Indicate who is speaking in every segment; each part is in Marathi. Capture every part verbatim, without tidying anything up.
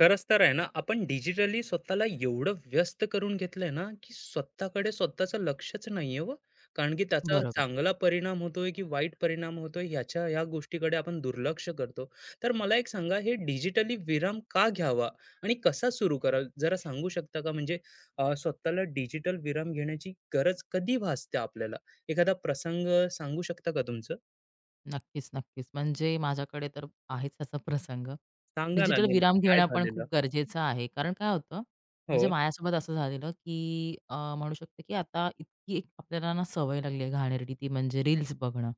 Speaker 1: खरंच तर आहे ना? आपण डिजिटली स्वतःला एवढं व्यस्त करून घेतलंय ना की स्वतःकडे स्वतःचं लक्षच नाहीये व कारण की त्याचा
Speaker 2: बरोबर.
Speaker 1: चांगला परिणाम होतोय की वाईट परिणाम होतोय ह्याच्या ह्या गोष्टीकडे आपण दुर्लक्ष करतो. तर मला एक सांगा, हे डिजिटली विराम का घ्यावा आणि कसा सुरू कराल, जरा सांगू शकता का? म्हणजे अ, स्वतःला डिजिटल विराम घेण्याची गरज कधी भासते आपल्याला? एखादा प्रसंग सांगू शकता का तुमचं?
Speaker 2: नक्कीच, नक्कीच. म्हणजे माझ्याकडे तर आहेच असा प्रसंग.
Speaker 1: सांगा ना
Speaker 2: डिजिटल
Speaker 1: नेमकं
Speaker 2: विराम
Speaker 1: काय
Speaker 2: घेणं पण
Speaker 1: झालेलं.
Speaker 2: खूप गरजेचं आहे. कारण काय होतं,
Speaker 1: हो.
Speaker 2: म्हणजे माझ्यासोबत असं झालेलं, की अ, म्हणू शकते, की आता इतकी एक आपल्याला ना सवय लागली आहे घाणेरडी ती म्हणजे रील्स बघणं.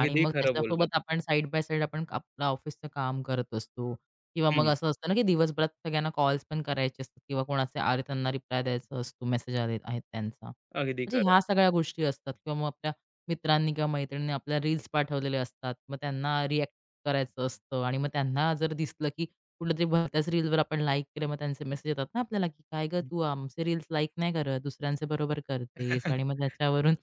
Speaker 2: आणि मग
Speaker 1: खरं
Speaker 2: त्याच्यासोबत
Speaker 1: बोललात.
Speaker 2: आपण साइड बाय साइड आपण आपलं ऑफिसचं काम करत असतो किंवा मग
Speaker 1: हम्म,
Speaker 2: असं असतं ना, की दिवसभरात सगळ्यांना कॉल्स पण करायचे असतात किंवा कोणाचे आले त्यांना रिप्लाय द्यायचा असतो, मेसेज आले आहेत त्यांचा.
Speaker 1: अगदी
Speaker 2: म्हणजे
Speaker 1: खरं.
Speaker 2: ह्या सगळ्या गोष्टी असतात किंवा मग आपल्या मित्रांनी किंवा मैत्रिणींनी आपल्याला रील्स पाठवलेले असतात. मग त्यांना रिएक्ट करायचं असतं आणि मग त्यांना जर दिसलं, की कुठल्यातरी भलत्याच रीलवर आपण लाईक केलं, मग त्यांचे मेसेज येतात ना आपल्याला, की "काय गं तू आमचे रील्स लाईक नाही करत, दुसऱ्यांचे बरोबर करतेस." आणि मग त्याच्यावरून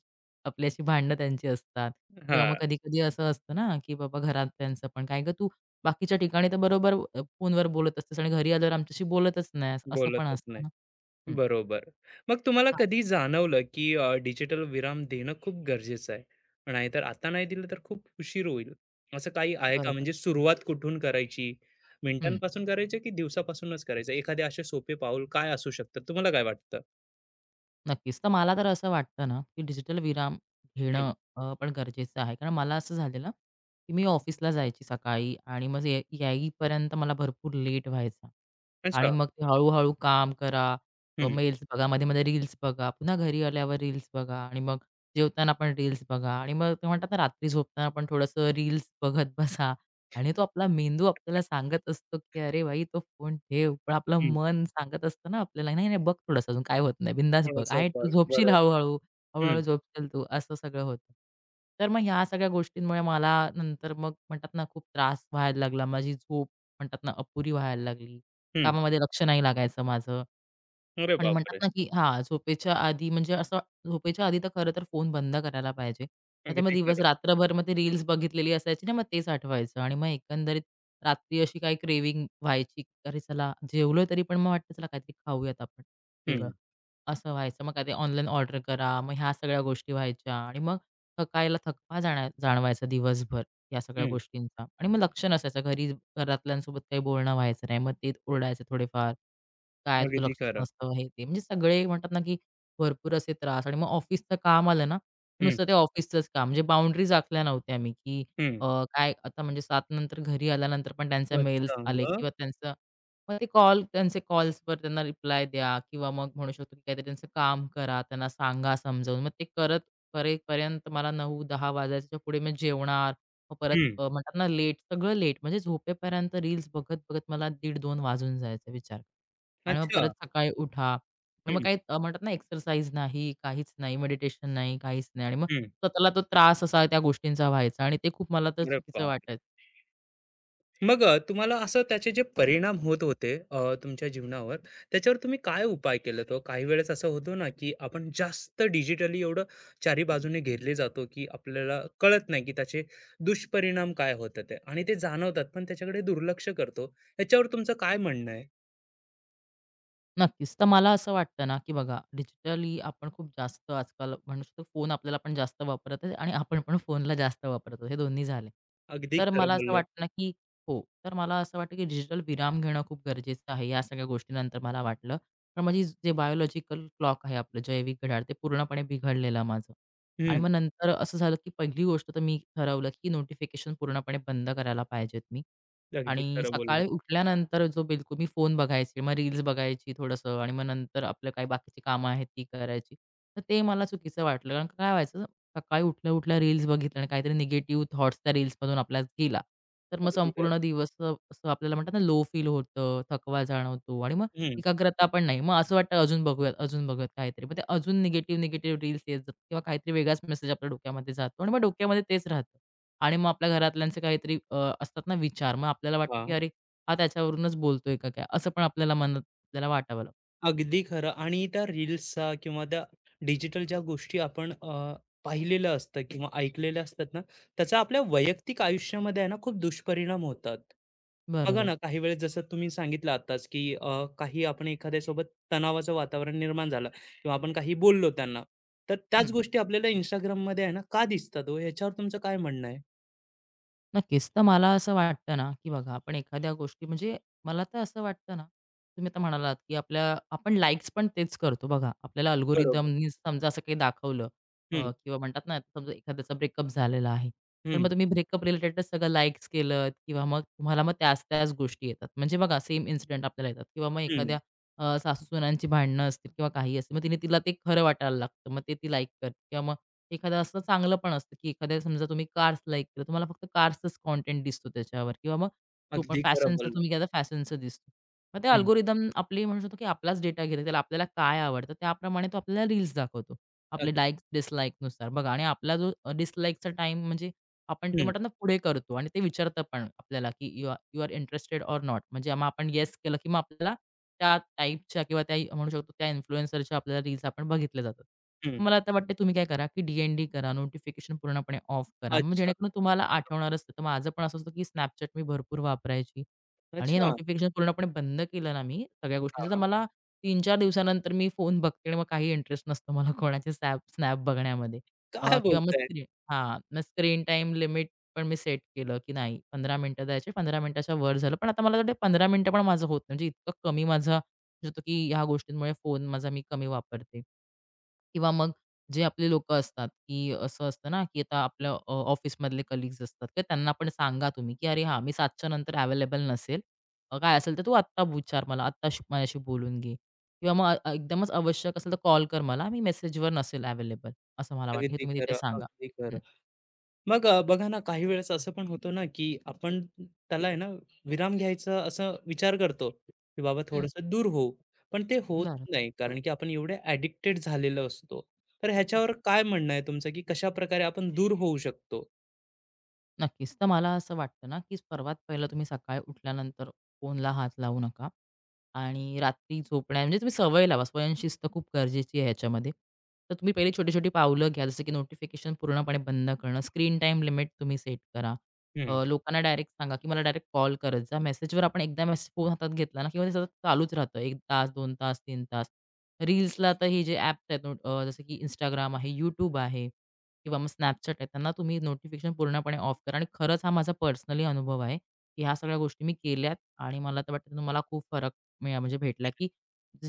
Speaker 2: आपली भांडणं त्यांची असतात. किंवा मग
Speaker 1: हां,
Speaker 2: कधी-कधी असं असतं ना, की बाबा घरातल्यांचं पण, "काय गं तू बाकीच्या ठिकाणी तर बरोबर अ, फोनवर बोलत असतेस आणि घरी आल्यावर आमच्याशी बोलतच नाहीस." असं पण
Speaker 1: बोलतच
Speaker 2: असतं
Speaker 1: नाही.
Speaker 2: ना. हं.
Speaker 1: बरोबर. मग तुम्हाला
Speaker 2: हां,
Speaker 1: कधी जाणवलं की अ, डिजिटल विराम देणं खूप गरजेचं आहे? नाहीतर आता नाही दिलं तर खूप उशीर होईल. असं काही आहे का?
Speaker 2: बरोबर.
Speaker 1: म्हणजे सुरुवात कुठून करायची?
Speaker 2: हं.
Speaker 1: मिनिटांपासून करायचं की दिवसापासूनच करायचं? एखादे असे सोपे पाऊल काय असू शकतात? तुम्हाला काय वाटतं?
Speaker 2: नक्कीच. तर मला तर असं वाटतं ना, की डिजिटल विराम
Speaker 1: हं.
Speaker 2: घेणं अ, पण गरजेचं आहे. कारण मला असं झालेलं, की मी ऑफिसला जायची सकाळी आणि मग ये येईपर्यंत मला भरपूर लेट व्हायचा. आणि
Speaker 1: अच्छा.
Speaker 2: मग ते हळू काम करा, अ,
Speaker 1: हं,
Speaker 2: मेल्स बघा, मध्ये-मध्ये रील्स बघा, पुन्हा घरी आल्यावर रील्स बघा आणि मग जेवताना पण रील्स बघा आणि मग ते म्हणतात ना, रात्री झोपताना पण थोडंसं रील्स बघत बसा आणि तो आपला मेंदू आपल्याला सांगत असतो, की "अरे भाई तो फोन ठेव." पण आपलं
Speaker 1: हं.
Speaker 2: मन सांगत असतं ना आपल्याला, "नाही, नाही बघ थोडंसं अजून, काय होत नाही. बिंदास बघ.
Speaker 1: थोडंसं
Speaker 2: आहे
Speaker 1: ब
Speaker 2: तू झोपशील
Speaker 1: बरोबर.
Speaker 2: हळू-हळू,
Speaker 1: हं,
Speaker 2: हळूहळू झोपशील तू." असं सगळं होतं. तर मग ह्या सगळ्या गोष्टींमुळे मला नंतर मग म्हणतात ना खूप त्रास व्हायला लागला. माझी झोप म्हणतात ना अपुरी व्हायला लागली.
Speaker 1: हं.
Speaker 2: कामामध्ये लक्ष नाही लागायचं माझं.
Speaker 1: अरे
Speaker 2: आणि म्हणतात
Speaker 1: बापरे!
Speaker 2: ना, की हां, झोपेच्या आधी म्हणजे असं झोपेच्या आधी तर खरं तर फोन बंद करायला पाहिजे. आता मग
Speaker 1: अगदी
Speaker 2: दिवस
Speaker 1: खरं.
Speaker 2: रात्रभर मग ते रील्स बघितलेली असायची ना, मग तेच आठवायचं आणि मग एकंदरीत रात्री अशी काही क्रेविंग व्हायची. अरे, चला जेवलोय तरी पण मग वाटतं चला काहीतरी खाऊयात आपण वेगळं.
Speaker 1: हं,
Speaker 2: असं व्हायचं. मग कधी ऑनलाईन ऑर्डर करा, मग ह्या सगळ्या गोष्टी व्हायच्या आणि मग थकायला थकवा जाणा जाणवायचा दिवसभर या सगळ्या
Speaker 1: हं.
Speaker 2: गोष्टींचा आणि मग लक्ष नसायचं. घरी घरातल्यांसोबत काही बोलणं व्हायचं नाही. मग ते ओरडायचे थोडेफार. "काय तुझं
Speaker 1: अगदी
Speaker 2: लक्षच
Speaker 1: खरं.
Speaker 2: नसतं," हे ते. म्हणजे सगळे म्हणतात ना, की भरपूर असे त्रास आणि मग ऑफिसचं काम आलं ना, की
Speaker 1: हं,
Speaker 2: नुसतं ते ऑफिसचंच काम. म्हणजे बाउंडरीज आखल्या नव्हत्या मी, की
Speaker 1: हं.
Speaker 2: अ, काय आता म्हणजे सात नंतर घरी आल्यानंतर पण त्यांचे मेल्स
Speaker 1: अच्छा,
Speaker 2: आले
Speaker 1: मग?
Speaker 2: किंवा त्यांचं. मग ते कॉल त्यांचे कॉल्सवर त्यांना रिप्लाय द्या किंवा मग म्हणू शकतो की काहीतरी त्यांचं काम करा, त्यांना सांगा समजावून. मग ते करत करेपर्यंत मला नऊ दहा वाजायच्या पुढे मी जेवणार. मग परत
Speaker 1: हं.
Speaker 2: अ, म्हणतात ना लेट, सगळं लेट म्हणजे झोपेपर्यंत रील्स बघत-बघत मला दीड-दोन वाजून जायचा विचार. कर. आणि मग
Speaker 1: अच्छा.
Speaker 2: परत सकाळी उठा. आणि मग
Speaker 1: हं,
Speaker 2: काही अ, म्हणतात ना एक्सरसाइज नाही, काहीच नाही, मेडिटेशन नाही, काहीच नाही आणि मग
Speaker 1: हं.
Speaker 2: स्वतःला तो त्रास असा त्या गोष्टींचा व्हायचा आणि ते खूप मला तर
Speaker 1: अरे
Speaker 2: चुकीचं
Speaker 1: बापरे!
Speaker 2: वाटायचं.
Speaker 1: मग अ, तुम्हाला असं त्याचे जे परिणाम होत होते अ, तुमच्या जीवनावर, त्याच्यावर तुम्ही काय उपाय केलेत हो? काही वेळेस असं होतं ना, की आपण जास्त डिजिटली एवढं चारी बाजूने घेरले जातो, की आपल्याला कळत नाही की त्याचे दुष्परिणाम काय होतात आहे आणि ते जाणवतात, पण त्याच्याकडे दुर्लक्ष करतो. याच्यावर तुमचं काय म्हणणं आहे?
Speaker 2: नक्कीच. तर मला असं वाटतं ना, की बघा डिजिटली आपण खूप जास्त आजकाल म्हणू शकतो फोन आपल्याला पण जास्त वापरत आहे आणि आपण पण फोनला जास्त वापरतो. हे दोन्ही झाले.
Speaker 1: अगदी
Speaker 2: तर मला
Speaker 1: खरं
Speaker 2: असं
Speaker 1: बोललात.
Speaker 2: वाटतं ना, की हो. तर मला असं वाटतं, की डिजिटल विराम घेणं खूप गरजेचं आहे. या सगळ्या गोष्टीनंतर मला वाटलं. पण माझी जे बायोलॉजिकल क्लॉक आहे आपलं जैविक घड्याळ ते पूर्णपणे बिघडलेलं माझं. आणि
Speaker 1: हं,
Speaker 2: मग नंतर असं झालं, की पहिली गोष्ट तर मी ठरवलं, की नोटिफिकेशन पूर्णपणे बंद करायला पाहिजेत मी.
Speaker 1: अगदी
Speaker 2: आणि
Speaker 1: खरं बोललात.
Speaker 2: सकाळी उठल्यानंतर जो बिलकुल मी फोन बघायची, मग रील्स बघायची थोडंसं आणि मग नंतर आपलं काही बाकीची कामं आहेत ती करायची. तर ते मला चुकीचं वाटलं. कारण काय व्हायचं, सकाळी उठल्या-उठल्या रील्स बघितल्या आणि काहीतरी निगेटिव्ह थॉट्स त्या रील्समधून आपल्याला गेला, तर मग
Speaker 1: अगदी खरं.
Speaker 2: संपूर्ण दिवस अ, असं आपल्याला म्हणतात ना लो फील होतं, थकवा जाणवतो आणि मग
Speaker 1: हं,
Speaker 2: एकाग्रता पण नाही. मग असं वाटतं अजून बघूयात, अजून बघूयात काहीतरी. मग ते अजून निगेटिव्ह, निगेटिव्ह रील्स येत जातात किंवा काहीतरी वेगळाच मेसेज आपल्या डोक्यामध्ये जातो आणि मग डोक्यामध्ये तेच राहतं. आणि मग आपल्या घरातल्यांचे काहीतरी अ, असतात ना विचार. मग आपल्याला वाटतं, की
Speaker 1: हां.
Speaker 2: "अरे, हा त्याच्यावरूनच बोलतोय का काय?" असं पण आपल्याला मनात आपल्याला वाटावं लागतं.
Speaker 1: अगदी खरं. आणि त्या रील्सचा किंवा त्या डिजिटल ज्या गोष्टी आपण अ, पाहिलेलं असतं किंवा ऐकलेल्या असतात ना, त्याचा आपल्या वैयक्तिक आयुष्यामध्ये आहे ना, खूप दुष्परिणाम होतात. बघा
Speaker 2: बरोबर.
Speaker 1: ना, काही वेळेस जसं तुम्ही सांगितलं आत्ताच, की अ, काही आपण एखाद्यासोबत तणावाचं वातावरण निर्माण झालं किंवा आपण काही बोललो त्यांना, तर त्याच
Speaker 2: हं.
Speaker 1: गोष्टी आपल्याला Instagramमध्ये आहे ना, का दिसतात हो? ह्याच्यावर तुमचं काय म्हणणं आहे?
Speaker 2: नक्कीच. तर मला असं वाटतं ना, की बघा आपण एखाद्या गोष्टी म्हणजे मला तर असं वाटतं ना, तुम्ही आता म्हणालात, की आपल्या आपण लाइक्स पण तेच करतो बघा. आपल्याला
Speaker 1: बरोबर.
Speaker 2: अल्गोरिदमनी समजा असं काही दाखवलं. अ,
Speaker 1: हं,
Speaker 2: किंवा म्हणतात ना, समजा एखाद्याचा ब्रेकअप झालेला आहे. तर
Speaker 1: हं,
Speaker 2: मग तुम्ही ब्रेकअप रिलेटेडच सगळं लाइक्स केलत किंवा मग तुम्हाला मग त्याच-त्याच गोष्टी येतात. म्हणजे बघा सेम इन्सिडेंट आपल्याला येतात किंवा मग
Speaker 1: हं.
Speaker 2: एखाद्या सासूसुनांची भांडणं असतील किंवा काही असतील. मग तिने तिला ते खरं वाटायला लागतं. मग ते ती लाइक करते किंवा एखादं असं चांगलं पण असतं, की एखाद्या समजा तुम्ही कार्स लाइक केलं, तुम्हाला फक्त कार्सचाच कंटेंट दिसतो त्याच्यावर किंवा मग तो पण
Speaker 1: अगदी खरं
Speaker 2: फॅशनचा
Speaker 1: बोललात.
Speaker 2: तुम्ही घ्या तर फॅशनचा दिसतो. मग ते
Speaker 1: हं,
Speaker 2: अल्गोरिदम आपली म्हणू शकतो, की आपलाच डेटा घेतो. त्याला आपल्याला काय आवडतं त्याप्रमाणे तो आपल्याला रील्स दाखवतो. आपले
Speaker 1: अगदी.
Speaker 2: लाइक्स, डिसलाइकनुसार बघा आणि आपला जो अ, डिसलाइकचा म्हणजे आपण ते
Speaker 1: हं,
Speaker 2: म्हणतात ना पुढे करतो आणि ते विचारतं पण आपल्याला, की "you are you are interested or not?" म्हणजे मग आपण येस केलं, की मग आपल्याला त्या टाइपच्या किंवा त्या म्हणू शकतो त्या इन्फ्लुएन्सरच्या आपल्याला रील्स आपण बघितल्या जातात.
Speaker 1: हं.
Speaker 2: मला आता वाटतं तुम्ही काय करा, की डी करा, नोटिफिकेशन पूर्णपणे ऑफ करा. मग
Speaker 1: अच्छा,
Speaker 2: जेणेकरून तुम्हाला आठवणार असतं. तर माझं पण असं असतं, की Snapchat मी भरपूर वापरायची आणि हे
Speaker 1: अच्छा.
Speaker 2: नोटिफिकेशन पूर्णपणे बंद केलं ना मी सगळ्या गोष्टीचं, तर
Speaker 1: हां.
Speaker 2: मला तीन चार दिवसानंतर मी फोन बघते आणि मग काही इंटरेस्ट नसतो मला कोणाचे स्नॅप स्नॅप बघण्यामध्ये. अ,
Speaker 1: काय
Speaker 2: किंवा मग
Speaker 1: बोलताय?
Speaker 2: हां, मग स्क्रीन टाईम लिमिट पण मी सेट केलं, की नाही पंधरा मिनिटं द्यायचे, पंधरा मिनिटाच्या वर झालं. पण आता मला वाटतं पंधरा मिनिटं पण माझं होत नाही. म्हणजे इतकं कमी माझा होतो, की ह्या गोष्टींमुळे फोन माझा मी कमी वापरते. किंवा मग जे आपले लोकं असतात, की असं असतं ना, की आता आपल्या अ, ऑफिसमधले कलीग्स असतात, तर त्यांना पण सांगा तुम्ही, की "अरे हां, मी 7च्या नंतर अवेलेबल नसेल. अ, काय असेल तर तू आत्ता विचार मला, आत्ता श माझ्याशी बोलून घे." किंवा मग अ, एकदमच आवश्यक असेल तर कॉल कर मला, मी मेसेजवर नसेल अवेलेबल, असं मला वाटतं. हे
Speaker 1: अगदी
Speaker 2: तुम्ही तिथे
Speaker 1: खरं,
Speaker 2: सांगा.
Speaker 1: अगदी खरं. मग अ, बघा ना, काही वेळेस असं पण होतं ना, की आपण त्याला आहे ना, विराम घ्यायचा असा विचार करतो, की बाबा
Speaker 2: हं.
Speaker 1: थोडंसं दूर होऊ. पण ते होत
Speaker 2: बरं.
Speaker 1: नाही, कारण की आपण एवढे ॲडिक्टेड झालेलो असतो. तर
Speaker 2: हं.
Speaker 1: ह्याच्यावर काय म्हणणं आहे तुमचं, की कशाप्रकारे आपण दूर होऊ शकतो?
Speaker 2: नक्कीच. तर मला असं वाटतं ना, की सर्वात पहिलं तुम्ही सकाळी उठल्यानंतर फोनला हात लावू नका आणि रात्री झोपण्या म्हणजे तुम्ही सवय लावा. स्वयंशिस्त खूप गरजेची आहे ह्याच्यामध्ये. तर तुम्ही पहिली छोटी-छोटी पावलं घ्या. जसं की नोटिफिकेशन पूर्णपणे बंद करणं, स्क्रीन टाईम लिमिट तुम्ही सेट करा.
Speaker 1: हं.
Speaker 2: अ, लोकांना डायरेक्ट सांगा, की मला डायरेक्ट कॉल करत जा. मेसेजवर आपण एकदा मेसेज फोन हातात घेतला ना, किंवा ते सतत चालूच राहतं. एक तास, दोन तास, तीन तास. रील्सला तर हे जे ॲप्स आहेत, नो- अ, जसं की Instagram आहे, YouTube आहे. किंवा मग Snapchat आहे, त्यांना तुम्ही नोटिफिकेशन पूर्णपणे ऑफ करा आणि खरंच हा माझा पर्सनली अनुभव आहे, की ह्या सगळ्या गोष्टी मी केल्यात आणि मला तर वाटतं तुम्हाला खूप फरक मिळा म्हणजे भेटला, की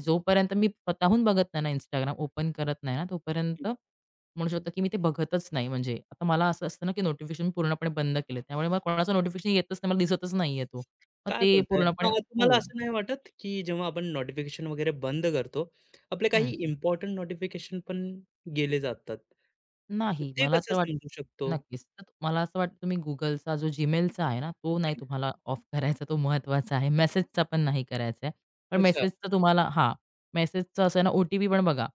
Speaker 2: जोपर्यंत मी स्वतःहून बघत नाही ना Instagram ओपन करत नाही ना, तोपर्यंत म्हणू शकतो, की मी ते बघतच नाही. म्हणजे आता मला असं असतं ना, की नोटिफिकेशन पूर्णपणे बंद केले. त्यामुळे मला कोणाचं नोटिफिकेशन येतच नाही, मला दिसतच नाहीये तो. मग
Speaker 1: काय
Speaker 2: ते
Speaker 1: बोलताय?
Speaker 2: पूर्णपणे
Speaker 1: मग तुम्हाला
Speaker 2: हो.
Speaker 1: असं नाही वाटत, की जेव्हा आपण नोटिफिकेशन वगैरे बंद करतो, आपले काही
Speaker 2: हं.
Speaker 1: इम्पोर्टंट नोटिफिकेशन पण गेले जातात?
Speaker 2: नाही.
Speaker 1: ते
Speaker 2: मला तर
Speaker 1: कसं
Speaker 2: वाट
Speaker 1: समजू शकतो?
Speaker 2: नक्कीच. तर मला असं वाटतं तुम्ही Googleचा जो Gmailचा आहे ना, तो नाही तुम्हाला ऑफ करायचा. तो महत्त्वाचा आहे. मेसेजचा पण नाही करायचा आहे. पण
Speaker 1: अच्छा.
Speaker 2: मेसेजचा तुम्हाला हां, मेसेजचा असं आहे ना, ओ-टी-पी पण बघा.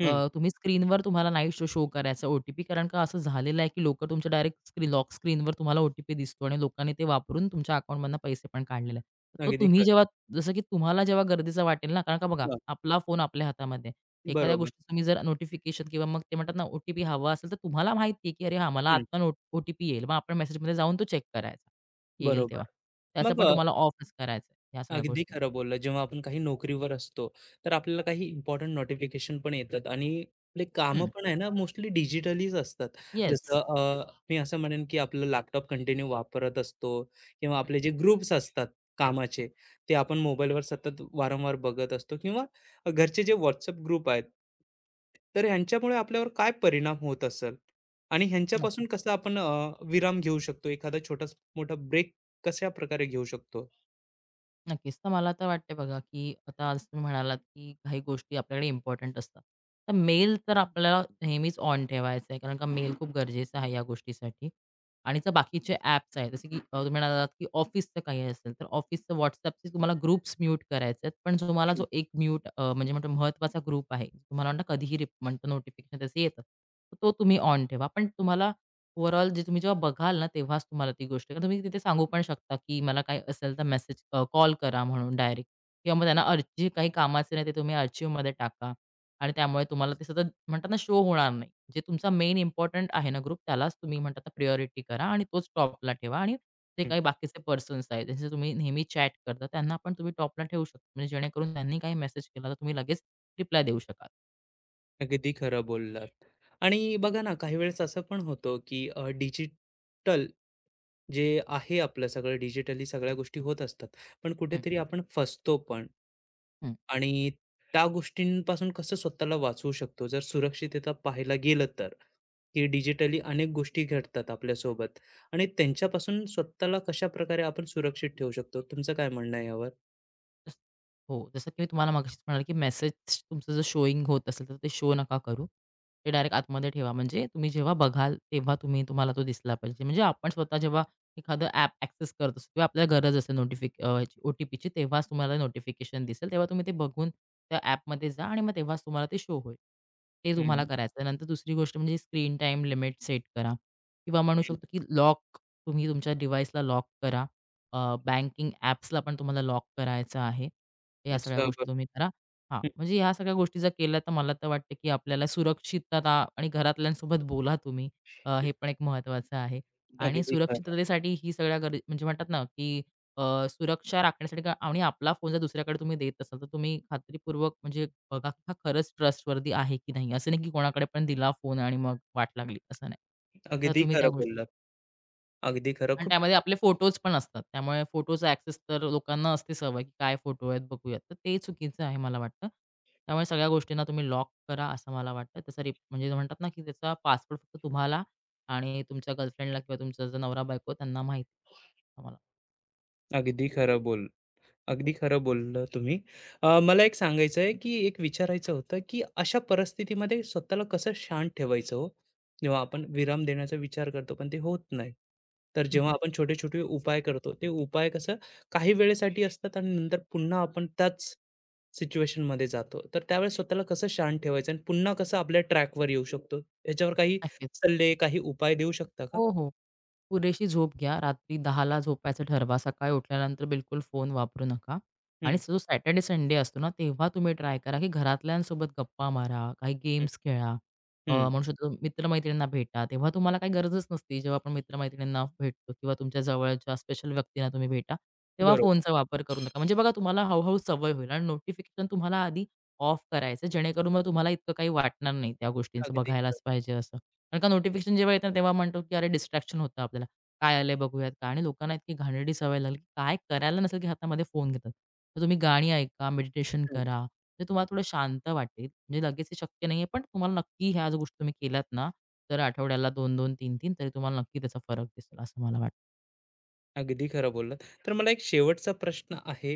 Speaker 1: हं.
Speaker 2: अ, तुम्ही स्क्रीनवर तुम्हाला नाही शो शो करायचा ओ-टी-पी कारण का असं झालेलं आहे, की लोकं तुमच्या डायरेक्ट स्क्रीन लॉक स्क्रीनवर तुम्हाला ओ-टी-पी दिसतो आणि लोकांनी ते वापरून तुमच्या अकाउंटमधनं पैसे पण काढलेले आहेत. तर तो
Speaker 1: अगदी
Speaker 2: तुम्ही
Speaker 1: खरं.
Speaker 2: जेव्हा जसं की तुम्हाला जेव्हा गरजेचं वाटेल ना, कारण का बघा
Speaker 1: हां.
Speaker 2: आपला फोन आपल्या हातामध्ये आहे. एखाद्या
Speaker 1: बरोबर.
Speaker 2: गोष्टीचं तुम्ही जर नोटिफिकेशन किंवा मग ते म्हणतात ना, ओ हवा असेल, तर तुम्हाला माहिती आहे, की "अरे हां, मला
Speaker 1: हं.
Speaker 2: आता नो येईल." मग आपण मेसेजमध्ये जाऊन तो चेक करायचा, येईल
Speaker 1: बरोबर.
Speaker 2: तेव्हा. त्याचं
Speaker 1: मग
Speaker 2: पण
Speaker 1: अ,
Speaker 2: तुम्हाला ऑफच करायचं आहे, ह्या सगळ्या
Speaker 1: अगदी
Speaker 2: गोष्टी.
Speaker 1: खरं बोललं. जेव्हा आपण काही नोकरीवर असतो, तर आपल्याला काही इम्पोर्टंट नोटिफिकेशन पण येतात आणि आपले कामं पण आहे ना, मोस्टली डिजिटलीच असतात. जसं
Speaker 2: येस.
Speaker 1: अ, मी असं म्हणेन, की आपलं लॅपटॉप कंटिन्यू वापरत असतो किंवा आपले जे ग्रुप्स असतात कामाचे, ते आपण मोबाईलवर सतत वारंवार बघत असतो किंवा घरचे जे WhatsApp ग्रुप आहेत, तर ह्यांच्यामुळे आपल्यावर काय परिणाम होत असेल? आणि ह्यांच्यापासून कसं आपण अ, विराम घेऊ शकतो? एखादा छोटा मोठा ब्रेक कशाप्रकारे घेऊ शकतो?
Speaker 2: नक्कीच. तर मला तर वाटते बघा, की आता जसं तुम्ही म्हणालात, की काही गोष्टी आपल्याकडे इम्पॉर्टंट असतात. तर मेल तर आपल्याला नेहमीच ऑन ठेवायचा आहे. कारण का मेल खूप गरजेचा आहे या गोष्टीसाठी. आणि जर बाकीचे ॲप्स आहेत, जसे की अ, तुम्ही म्हणालात, की ऑफिसचं काही असेल, तर ऑफिसचं WhatsAppचे तुम्हाला ग्रुप्स म्यूट करायचे आहेत. पण तुम्हाला
Speaker 1: हं,
Speaker 2: जो एक म्यूट म्हणजे म्हणतो महत्त्वाचा ग्रुप आहे. तुम्हाला म्हणता कधीही रिप म्हणतो नोटिफिकेशन त्याचे येतात. तर तो तुम्ही ऑन ठेवा. पण तुम्हाला ओव्हरऑल जे तुम्ही जेव्हा बघाल ना, तेव्हाच तुम्हाला ती गोष्ट कारण तुम्ही तिथे सांगू पण शकता, की मला काही असेल तर मेसेज कॉल करा म्हणून डायरेक्ट किंवा मग त्यांना अर्जी काही कामाचे नाही ते तुम्ही आर्चिव्हमध्ये टाका आणि त्यामुळे तुम्हाला ते सतत म्हणतात ना, शो होणार नाही. जे तुमचा मेन इम्पोर्टंट आहे ना ग्रुप, त्यालाच तुम्ही म्हणतात प्रायोरिटी करा आणि तोच टॉपला ठेवा आणि जे काही बाकीचे पर्सन्स आहेत, ज्यांचे तुम्ही नेहमी चॅट करता, त्यांना पण तुम्ही टॉपला ठेवू शकता. म्हणजे जेणेकरून त्यांनी काही मेसेज केला तर तुम्ही लगेच रिप्लाय देऊ शकाल.
Speaker 1: अगदी खरं बोललात. आणि बघा ना, काही वेळेस असं पण होतं, की अ, डिजिटल जे आहे आपलं सगळं डिजिटली सगळ्या गोष्टी होत असतात. पण
Speaker 2: हं.
Speaker 1: कुठेतरी आपण फसतो पण. आणि त्या गोष्टींपासून कसं स्वतःला वाचवू शकतो? जर सुरक्षितता पाहायला गेलं तर, की डिजिटली अनेक गोष्टी घडतात आपल्यासोबत आणि त्यांच्यापासून स्वतःला कशाप्रकारे आपण सुरक्षित ठेवू शकतो? तुमचं काय म्हणणं आहे यावर?
Speaker 2: जस हो, जसं की मी तुम्हाला मगाशीच म्हणाले, की मेसेज तुमचं जर शोइंग होत असेल, तर ते शो नका करू. ते डायरेक्ट आतमध्ये ठेवा. म्हणजे तुम्ही जेव्हा बघाल, तेव्हा तुम्ही तुम्हाला तो दिसला पाहिजे. म्हणजे आपण स्वतः जेव्हा एखादं ॲप ॲक्सेस करत असतो किंवा आपल्याला गरज असेल नोटिफिक ओ-टी-पीची, तेव्हाच तुम्हाला नोटिफिकेशन दिसेल. तेव्हा तुम्ही ते बघून त्या ॲपमध्ये जा आणि मग तेव्हाच तुम्हाला ते शो होईल. ते तुम्हाला
Speaker 1: हं,
Speaker 2: करायचं नंतर दुसरी गोष्ट म्हणजे स्क्रीन टाईम लिमिट सेट करा किंवा म्हणू
Speaker 1: हं.
Speaker 2: शकतो, की लॉक तुम्ही तुमच्या डिव्हाइसला लॉक करा. अ, बँकिंग ॲप्सला पण तुम्हाला लॉक करायचं आहे. या सगळ्या
Speaker 1: अच्छा,
Speaker 2: गोष्टी
Speaker 1: बरं.
Speaker 2: तुम्ही करा. हां,
Speaker 1: हम्म,
Speaker 2: म्हणजे ह्या सगळ्या गोष्टी जर केल्या तर मला तर वाटतं, की आपल्याला सुरक्षितता आणि घरातल्यांसोबत बोला तुम्ही. अ, हे पण एक महत्त्वाचं आहे आणि
Speaker 1: अगदी खरं.
Speaker 2: सुरक्षिततेसाठी ही सगळ्या गरज म्हणजे म्हणतात ना, की अ, सुरक्षा राखण्यासाठी का आणि आपला फोन जर दुसऱ्याकडे तुम्ही देत असाल, तर तुम्ही खात्रीपूर्वक म्हणजे बघा, की हा खरंच ट्रस्टवर्दी आहे की नाही. असं नाही, की कोणाकडे पण दिला फोन आणि मग वाट लागली, असं नाही. तर
Speaker 1: अगदी
Speaker 2: तुम्ही त्या
Speaker 1: खरं
Speaker 2: गोष्टी
Speaker 1: बोललात. अगदी खरं.
Speaker 2: आणि
Speaker 1: खूप
Speaker 2: त्यामध्ये आपले फोटोज पण असतात. त्यामुळे फोटोचा ॲक्सेस तर लोकांना असते सवय, की काय फोटो आहेत बघूयात. तर ते चुकीचं आहे मला वाटतं. त्यामुळे सगळ्या गोष्टींना तुम्ही लॉक करा असं मला वाटतं. त्याचा रिप म्हणजे म्हणतात ना, की त्याचा पासवर्ड फक्त तुम्हाला आणि तुमच्या गर्लफ्रेंडला किंवा तुमचा जो नवरा-बायको त्यांना माहिती. आम्हाला.
Speaker 1: अगदी खरं. बोल अगदी खरं बोललं तुम्ही. अ, मला एक सांगायचं आहे, की एक विचारायचं होतं, की अशा परिस्थितीमध्ये स्वतःला कसं शांत ठेवायचं हो? जेव्हा आपण विराम देण्याचा विचार करतो, पण ते होत नाही. तर
Speaker 2: हं.
Speaker 1: जेव्हा आपण छोटे-छोटे उपाय करतो, ते उपाय कसं काही वेळेसाठी असतात आणि नंतर पुन्हा आपण त्याच सिच्युएशनमध्ये जातो. तर त्यावेळेस स्वतःला कसं शांत ठेवायचं आणि पुन्हा कसं आपल्या ट्रॅकवर येऊ शकतो? याच्यावर काही
Speaker 2: नक्कीच.
Speaker 1: सल्ले, काही उपाय देऊ शकता का?
Speaker 2: हो, हो. पुरेशी झोप घ्या. रात्री 10:00ला झोपायचं ठरवा. सकाळी उठल्यानंतर बिलकुल फोन वापरू नका. आणि
Speaker 1: हं,
Speaker 2: जो सॅटर्डे, संडे असतो ना, तेव्हा तुम्ही ट्राय करा, की घरातल्यांसोबत गप्पा मारा, काही
Speaker 1: हं,
Speaker 2: गेम्स खेळा. अ,
Speaker 1: हं.
Speaker 2: म्हणू शकतो मित्र भेटा. तेव्हा तुम्हाला काही गरजच नसते. जेव्हा आपण मित्र भेटतो किंवा तुमच्या जवळच्या स्पेशल व्यक्तींना तुम्ही भेटा, तेव्हा
Speaker 1: बरोबर.
Speaker 2: फोनचा वापर करू नका. म्हणजे बघा तुम्हाला हळू सवय होईल आणि नोटिफिकेशन तुम्हाला आधी ऑफ करायचं, जेणेकरून मग तुम्हाला इतकं काही वाटणार नाही त्या गोष्टींचं
Speaker 1: अगदी.
Speaker 2: बघायलाच पाहिजे असं. कारण का नोटिफिकेशन जेव्हा येतं ना, तेव्हा म्हणतो की अरे डिस्ट्रॅक्शन होतं आपल्याला. काय आलंय बघूयात का? आणि लोकांना इतकी घाणेरडी सवय लागली की काय करायला नसेल की हातामध्ये फोन घेतात. तर तुम्ही गाणी ऐका, मेडिटेशन
Speaker 1: हं.
Speaker 2: करा. तर तुम्हाला थोडं शांत वाटेल. म्हणजे लगेच हे शक्य नाहीये, पण तुम्हाला नक्की ह्या ज्या गोष्टी तुम्ही केल्यात ना, तर आठवड्याला दोन-दोन, तीन-तीन तरी तुम्हाला नक्की त्याचा फरक दिसेल असं मला वाटतं.
Speaker 1: अगदी खरं बोललात. तर मला एक शेवटचा प्रश्न आहे,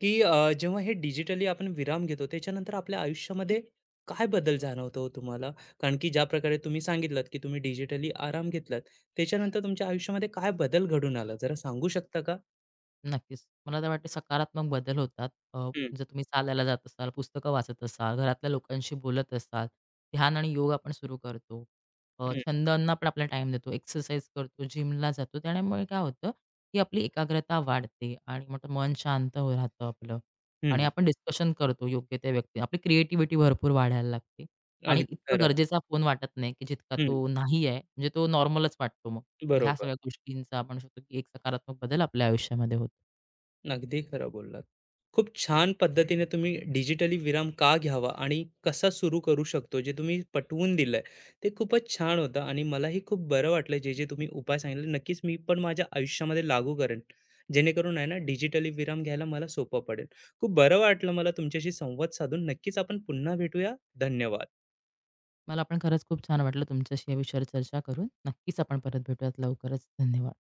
Speaker 1: की अ, जेव्हा हे डिजिटली आपण विराम घेतो, त्याच्यानंतर आपल्या आयुष्यामध्ये काय बदल जाणवतो हो तुम्हाला? कारण की ज्याप्रकारे तुम्ही सांगितलात, की तुम्ही डिजिटली आराम घेतलात, त्याच्यानंतर तुमच्या आयुष्यामध्ये काय बदल घडून आला? जरा सांगू शकता का?
Speaker 2: नक्कीच. मला तर वाटते सकारात्मक बदल होतात. अ,
Speaker 1: हं,
Speaker 2: जर तुम्ही चालायला जात असाल, पुस्तकं वाचत असाल, घरातल्या लोकांशी बोलत असाल, ध्यान आणि योग आपण सुरू करतो. अ,
Speaker 1: हं,
Speaker 2: छंदांना पण आपला टाइम देतो, एक्सरसाइज करतो, जिमला जातो. त्यामुळे काय होतं, की आपली एकाग्रता वाढते आणि मग मन शांत हो राहतं आपलं आणि
Speaker 1: हं,
Speaker 2: आपण डिस्कशन करतो योग्य त्या व्यक्ती. आपली क्रिएटिव्हिटी भरपूर वाढायला लागते आणि
Speaker 1: अगदी
Speaker 2: इतकं
Speaker 1: खरं.
Speaker 2: गरजेचा फोन वाटत नाही, की जितका
Speaker 1: हं,
Speaker 2: तो नाही आहे. म्हणजे तो नॉर्मलच वाटतो मग. मग ह्या
Speaker 1: बरोबर.
Speaker 2: सगळ्या गोष्टींचा आपण म्हणू शकतो, की एक सकारात्मक बदल आपल्या आयुष्यामध्ये होतो.
Speaker 1: अगदी खरं बोललात. खूप छान पद्धतीने तुम्ही डिजिटली विराम का घ्यावा आणि कसा सुरू करू शकतो, जे तुम्ही पटवून दिलंय, ते खूपच छान होतं आणि मलाही खूप बरं वाटलं जे-जे तुम्ही उपाय सांगितले. नक्कीच मी पण माझ्या आयुष्यामध्ये लागू करेन, जेणेकरून आहे ना डिजिटली विराम घ्यायला मला सोपं पडेल. खूप बरं वाटलं मला तुमच्याशी संवाद साधून. नक्कीच आपण पुन्हा भेटूया. धन्यवाद.
Speaker 2: मला पण खरंच खूप छान वाटलं तुमच्याशी या विषयावर चर्चा करून. नक्कीच आपण परत भेटूयात लवकरच. धन्यवाद.